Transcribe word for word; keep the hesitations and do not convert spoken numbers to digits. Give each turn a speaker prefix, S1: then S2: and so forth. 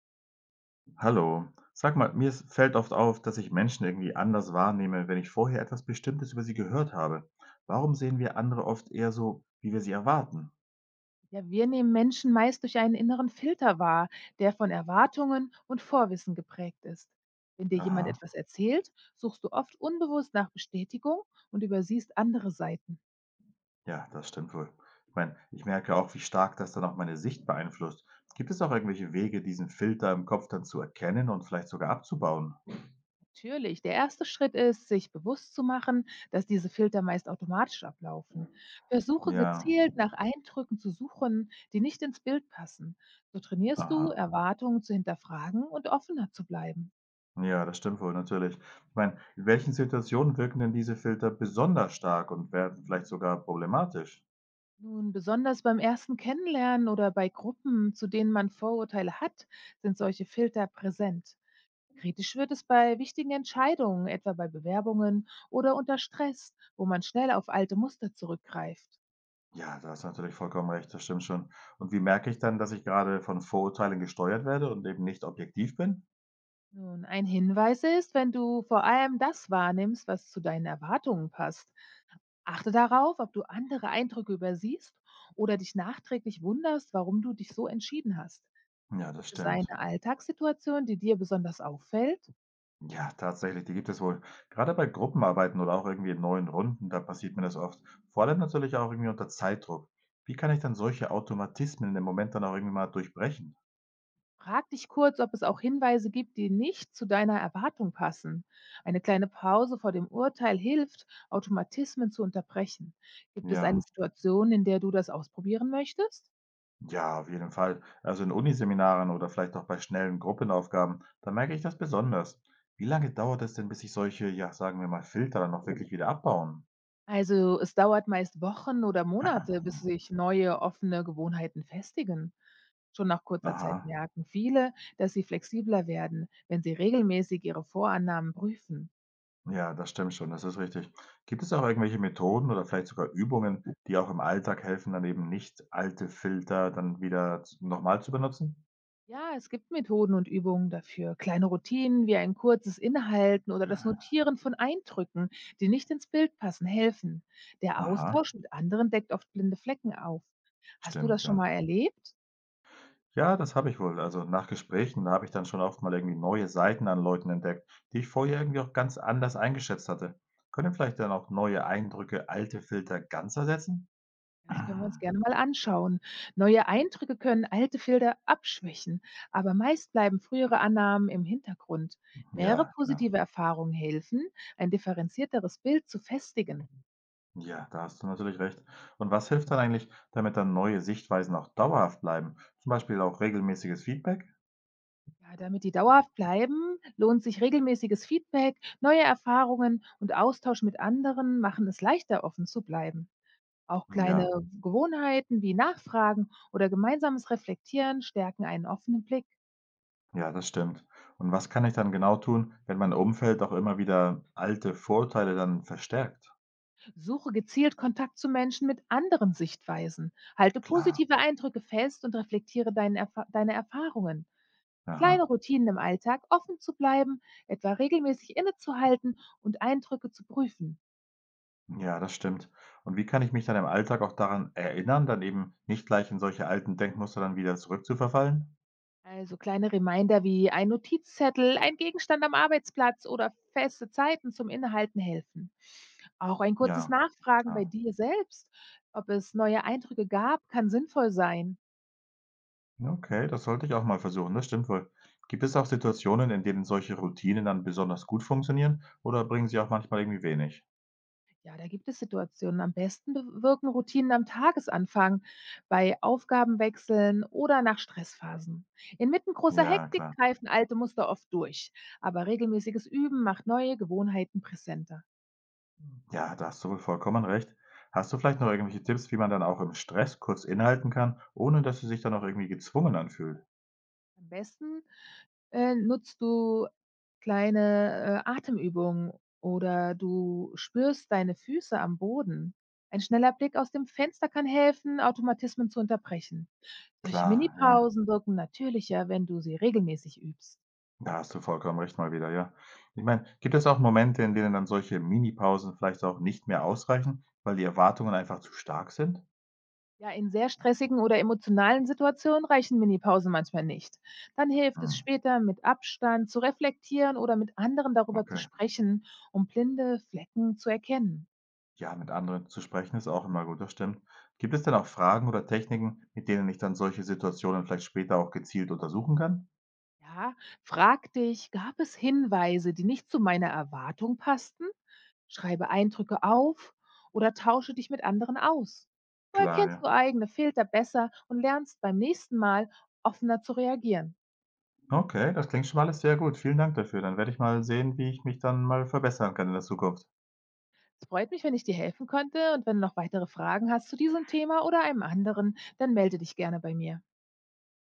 S1: Hallo. Sag mal, mir ist- fällt oft auf, dass ich Menschen irgendwie anders wahrnehme, wenn ich vorher etwas Bestimmtes über sie gehört habe. Warum sehen wir andere oft eher so, wie wir sie erwarten?
S2: Ja, wir nehmen Menschen meist durch einen inneren Filter wahr, der von Erwartungen und Vorwissen geprägt ist. Wenn dir jemand
S1: Aha,
S2: etwas erzählt, suchst du oft unbewusst nach Bestätigung und übersiehst andere Seiten.
S1: ja, das stimmt wohl. Ich meine, ich merke auch, wie stark das dann auch meine Sicht beeinflusst. Gibt es auch irgendwelche Wege, diesen Filter im Kopf dann zu erkennen und vielleicht sogar abzubauen?
S2: Natürlich, der erste Schritt ist, sich bewusst zu machen, dass diese Filter meist automatisch ablaufen. Versuche
S1: Ja,
S2: gezielt nach Eindrücken zu suchen, die nicht ins Bild passen. So trainierst du,
S1: aha.
S2: Erwartungen zu hinterfragen und offener zu bleiben.
S1: Ja, das stimmt wohl, natürlich. Ich meine, in welchen Situationen wirken denn diese Filter besonders stark und werden vielleicht sogar problematisch?
S2: Nun, besonders beim ersten Kennenlernen oder bei Gruppen, zu denen man Vorurteile hat, sind solche Filter präsent. Kritisch wird es bei wichtigen Entscheidungen, etwa bei Bewerbungen oder unter Stress, wo man schnell auf alte Muster zurückgreift.
S1: Ja, da hast du natürlich vollkommen recht, das stimmt schon. Und wie merke ich dann, dass ich gerade von Vorurteilen gesteuert werde und eben nicht objektiv bin?
S2: Nun, ein Hinweis ist, wenn du vor allem das wahrnimmst, was zu deinen Erwartungen passt. Achte darauf, ob du andere Eindrücke übersiehst oder dich nachträglich wunderst, warum du dich so entschieden hast.
S1: Ja, das
S2: Gibt es eine
S1: stimmt.
S2: Alltagssituation, die dir besonders auffällt?
S1: Ja, tatsächlich, die gibt es wohl. Gerade bei Gruppenarbeiten oder auch irgendwie in neuen Runden, da passiert mir das oft. Vor allem natürlich auch irgendwie unter Zeitdruck. Wie kann ich dann solche Automatismen im Moment dann auch irgendwie mal durchbrechen?
S2: Frag dich kurz, ob es auch Hinweise gibt, die nicht zu deiner Erwartung passen. Eine kleine Pause vor dem Urteil hilft, Automatismen zu unterbrechen. Gibt es eine
S1: Ja,
S2: Situation, in der du das ausprobieren möchtest?
S1: ja, auf jeden Fall. Also in Uniseminaren oder vielleicht auch bei schnellen Gruppenaufgaben, da merke ich das besonders. Wie lange dauert es denn, bis sich solche, ja, sagen wir mal, Filter dann auch wirklich wieder abbauen?
S2: Also es dauert meist Wochen oder Monate, bis sich neue offene Gewohnheiten festigen. Schon nach kurzer
S1: Aha,
S2: Zeit merken viele, dass sie flexibler werden, wenn sie regelmäßig ihre Vorannahmen prüfen.
S1: ja, das stimmt schon, das ist richtig. Gibt es auch irgendwelche Methoden oder vielleicht sogar Übungen, die auch im Alltag helfen, dann eben nicht alte Filter dann wieder z- nochmal zu benutzen?
S2: Ja, es gibt Methoden und Übungen dafür. Kleine Routinen wie ein kurzes Inhalten oder das Notieren von Eindrücken, die nicht ins Bild passen, helfen. Der
S1: Aha,
S2: Austausch mit anderen deckt oft blinde Flecken auf. Hast du das
S1: stimmt,
S2: schon
S1: ja.
S2: mal erlebt?
S1: Ja, das habe ich wohl. Also nach Gesprächen, da habe ich dann schon oft mal irgendwie neue Seiten an Leuten entdeckt, die ich vorher irgendwie auch ganz anders eingeschätzt hatte. Können vielleicht dann auch neue Eindrücke alte Filter ganz ersetzen?
S2: Ja, das können wir uns
S1: Hm,
S2: gerne mal anschauen. Neue Eindrücke können alte Filter abschwächen, aber meist bleiben frühere Annahmen im Hintergrund. Mehrere
S1: ja, klar.
S2: positive Erfahrungen helfen, ein differenzierteres Bild zu festigen.
S1: Ja, da hast du natürlich recht. Und was hilft dann eigentlich, damit dann neue Sichtweisen auch dauerhaft bleiben? Zum Beispiel auch regelmäßiges Feedback?
S2: Ja, damit die dauerhaft bleiben, lohnt sich regelmäßiges Feedback, neue Erfahrungen und Austausch mit anderen machen es leichter, offen zu bleiben. Auch kleine
S1: Ja,
S2: Gewohnheiten wie Nachfragen oder gemeinsames Reflektieren stärken einen offenen Blick.
S1: ja, das stimmt. Und was kann ich dann genau tun, wenn mein Umfeld auch immer wieder alte Vorurteile dann verstärkt?
S2: Suche gezielt Kontakt zu Menschen mit anderen Sichtweisen. Halte
S1: Klar.
S2: positive Eindrücke fest und reflektiere deine, Erfa deine Erfahrungen. Kleine
S1: Aha.
S2: Routinen im Alltag offen zu bleiben, etwa regelmäßig innezuhalten und Eindrücke zu prüfen.
S1: Ja, das stimmt. Und wie kann ich mich dann im Alltag auch daran erinnern, dann eben nicht gleich in solche alten Denkmuster dann wieder zurückzuverfallen?
S2: Also kleine Reminder wie ein Notizzettel, ein Gegenstand am Arbeitsplatz oder feste Zeiten zum Inhalten helfen. Auch ein kurzes
S1: Ja,
S2: Nachfragen bei
S1: klar.
S2: dir selbst, ob es neue Eindrücke gab, kann sinnvoll sein.
S1: Okay, das sollte ich auch mal versuchen, das stimmt wohl. Gibt es auch Situationen, in denen solche Routinen dann besonders gut funktionieren oder bringen sie auch manchmal irgendwie wenig?
S2: Ja, da gibt es Situationen. Am besten be- wirken Routinen am Tagesanfang, bei Aufgabenwechseln oder nach Stressphasen. Inmitten großer
S1: Ja,
S2: Hektik
S1: klar.
S2: greifen alte Muster oft durch, aber regelmäßiges Üben macht neue Gewohnheiten präsenter.
S1: Ja, da hast du wohl vollkommen recht. Hast du vielleicht noch irgendwelche Tipps, wie man dann auch im Stress kurz innehalten kann, ohne dass es sich dann auch irgendwie gezwungen anfühlt?
S2: Am besten Äh, nutzt du kleine, äh, Atemübungen oder du spürst deine Füße am Boden. Ein schneller Blick aus dem Fenster kann helfen, Automatismen zu unterbrechen. Solche
S1: Klar, ja.
S2: Minipausen wirken natürlicher, wenn du sie regelmäßig übst.
S1: Da hast du vollkommen recht mal wieder, ja. Ich meine, gibt es auch Momente, in denen dann solche Minipausen vielleicht auch nicht mehr ausreichen, weil die Erwartungen einfach zu stark sind?
S2: Ja, in sehr stressigen oder emotionalen Situationen reichen Minipausen manchmal nicht. Dann hilft es
S1: Hm,
S2: später, mit Abstand zu reflektieren oder mit anderen darüber zu
S1: okay.
S2: sprechen, um blinde Flecken zu erkennen.
S1: Ja, mit anderen zu sprechen ist auch immer gut, das stimmt. Gibt es denn auch Fragen oder Techniken, mit denen ich dann solche Situationen vielleicht später auch gezielt untersuchen kann?
S2: Ja, frag dich, gab es Hinweise, die nicht zu meiner Erwartung passten? Schreibe Eindrücke auf oder tausche dich mit anderen aus. So
S1: Klar,
S2: erkennst
S1: ja.
S2: du eigene Filter besser und lernst beim nächsten Mal offener zu reagieren.
S1: Okay, das klingt schon mal alles sehr gut. Vielen Dank dafür. Dann werde ich mal sehen, wie ich mich dann mal verbessern kann in der Zukunft.
S2: Es freut mich, wenn ich dir helfen konnte, und wenn du noch weitere Fragen hast zu diesem Thema oder einem anderen, dann melde dich gerne bei mir.